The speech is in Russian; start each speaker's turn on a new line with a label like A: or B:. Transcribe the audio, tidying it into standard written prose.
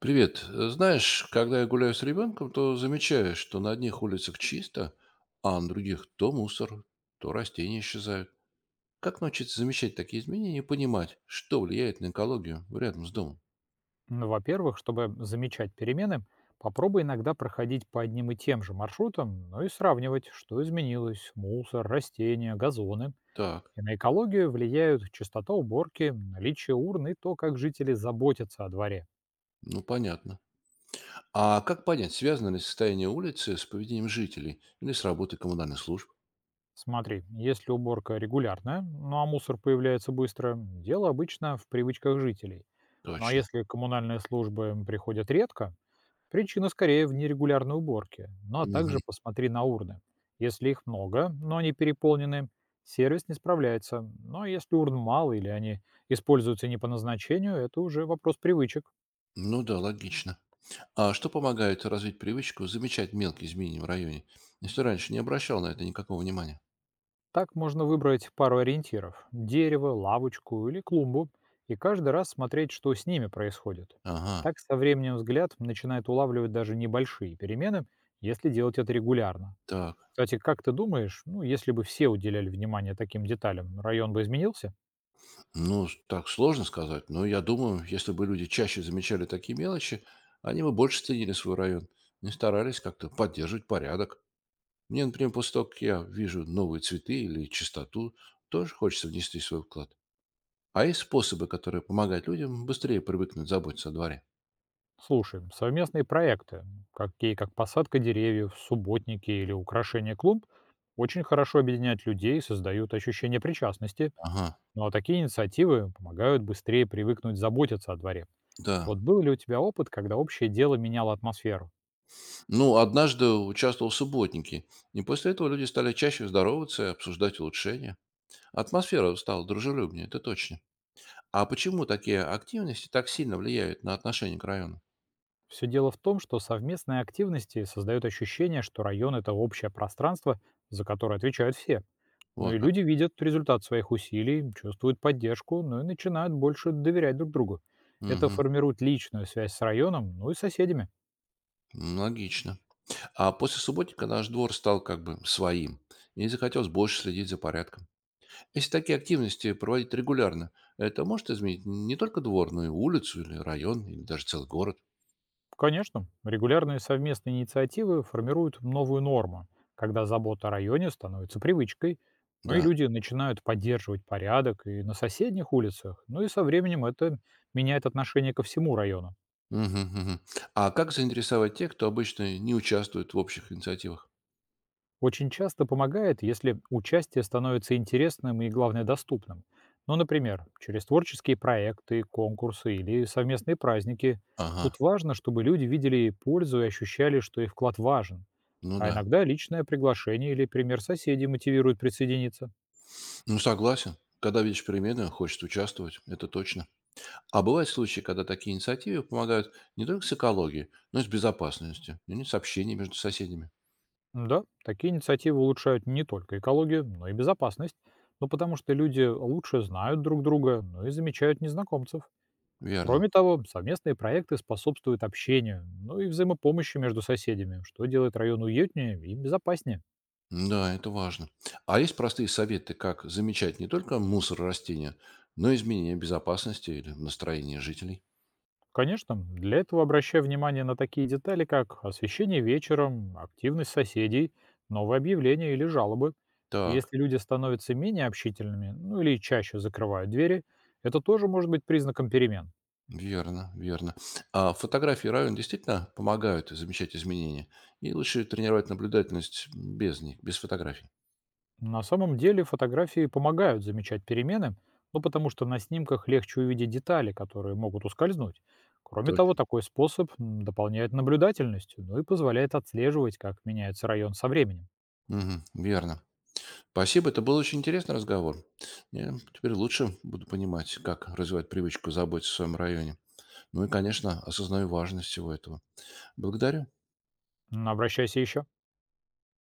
A: Привет. Знаешь, когда я гуляю с ребенком, то замечаю, что на одних улицах чисто, а на других то мусор, то растения исчезают. Как научиться замечать такие изменения и понимать, что влияет на экологию рядом с домом?
B: Ну, во-первых, чтобы замечать перемены, попробуй иногда проходить по одним и тем же маршрутам, ну и сравнивать, что изменилось, мусор, растения, газоны.
A: Так,
B: И на экологию влияют частота уборки, наличие урн и то, как жители заботятся о дворе.
A: ну понятно. А как понять, связано ли состояние улицы с поведением жителей или с работой коммунальных служб?
B: Смотри, если уборка регулярная, ну а мусор появляется быстро, дело обычно в привычках жителей. Ну а
A: Точно.
B: если коммунальные службы приходят редко, причина скорее в нерегулярной уборке, ну а
A: Мгм.
B: также посмотри на урны. Если их много, но они переполнены, сервис не справляется. Но если урн мало или они используются не по назначению, это уже вопрос привычек.
A: Ну да, логично. А что помогает развить привычку замечать мелкие изменения в районе, если раньше не обращал на это никакого внимания?
B: Так можно выбрать пару ориентиров – дерево, лавочку или клумбу, и каждый раз смотреть, что с ними происходит.
A: Ага,
B: Так со временем взгляд начинает улавливать даже небольшие перемены, если делать это регулярно.
A: так.
B: Кстати, как ты думаешь, ну, если бы все уделяли внимание таким деталям, район бы изменился?
A: Ну, так сложно сказать, но я думаю, если бы люди чаще замечали такие мелочи, они бы больше ценили свой район и старались как-то поддерживать порядок. Мне, например, после того, как я вижу новые цветы или чистоту, тоже хочется внести свой вклад. А есть способы, которые помогают людям быстрее привыкнуть заботиться о дворе.
B: Слушай, совместные проекты, какие как посадка деревьев, субботники или украшение клумб, очень хорошо объединяют людей и создают ощущение причастности.
A: Ага,
B: Ну а такие инициативы помогают быстрее привыкнуть заботиться о дворе.
A: да.
B: Вот был ли у тебя опыт, когда общее дело меняло атмосферу?
A: Ну, однажды участвовал в субботнике, и после этого люди стали чаще здороваться и обсуждать улучшения. Атмосфера стала дружелюбнее, это точно. А почему такие активности так сильно влияют на отношение к району?
B: Все дело в том, что совместные активности создают ощущение, что район – это общее пространство, за которое отвечают все. Ну
A: Вот
B: и
A: как.
B: люди видят результат своих усилий, чувствуют поддержку, ну и начинают больше доверять друг другу. Это
A: Мгм.
B: формирует личную связь с районом, ну и соседями.
A: Логично. А после субботника наш двор стал как бы своим, и захотелось больше следить за порядком. Если такие активности проводить регулярно, это может изменить не только двор, но и улицу, или район, или даже целый город.
B: Конечно, регулярные совместные инициативы формируют новую норму, когда забота о районе становится привычкой, ну и
A: Да.
B: люди начинают поддерживать порядок и на соседних улицах, ну и со временем это меняет отношение ко всему району.
A: Мгм, мгм. А как заинтересовать тех, кто обычно не участвует в общих инициативах?
B: Очень часто помогает, если участие становится интересным и, главное, доступным. Ну, например, через творческие проекты, конкурсы или совместные праздники.
A: Ага,
B: Тут важно, чтобы люди видели пользу и ощущали, что их вклад важен.
A: ну
B: А
A: да.
B: иногда личное приглашение или пример соседей мотивирует присоединиться.
A: Ну согласен. Когда видишь перемены, хочет участвовать, это точно. А бывают случаи, когда такие инициативы помогают не только с экологией, но и с безопасностью, или с общением между соседями.
B: Да, такие инициативы улучшают не только экологию, но и безопасность. Ну, потому что люди лучше знают друг друга, ну и замечают незнакомцев.
A: Верно.
B: Кроме того, совместные проекты способствуют общению, ну и взаимопомощи между соседями, что делает район уютнее и безопаснее.
A: Да, это важно. А есть простые советы, как замечать не только мусор растения, но и изменения безопасности или настроения жителей?
B: Конечно, для этого обращаю внимание на такие детали, как освещение вечером, активность соседей, новые объявления или жалобы. И
A: Так,
B: если люди становятся менее общительными, ну или чаще закрывают двери, это тоже может быть признаком перемен.
A: верно, верно. А фотографии равен действительно помогают замечать изменения? И лучше тренировать наблюдательность без них, без фотографий.
B: На самом деле фотографии помогают замечать перемены, ну потому что на снимках легче увидеть детали, которые могут ускользнуть. Кроме того,
A: Точно.
B: такой способ дополняет наблюдательность, ну и позволяет отслеживать, как меняется район со временем.
A: Мгм, верно. Спасибо, это был очень интересный разговор. Я теперь лучше буду понимать, как развивать привычку заботиться о своем районе. Ну и, конечно, осознаю важность всего этого. Благодарю.
B: Обращайся еще.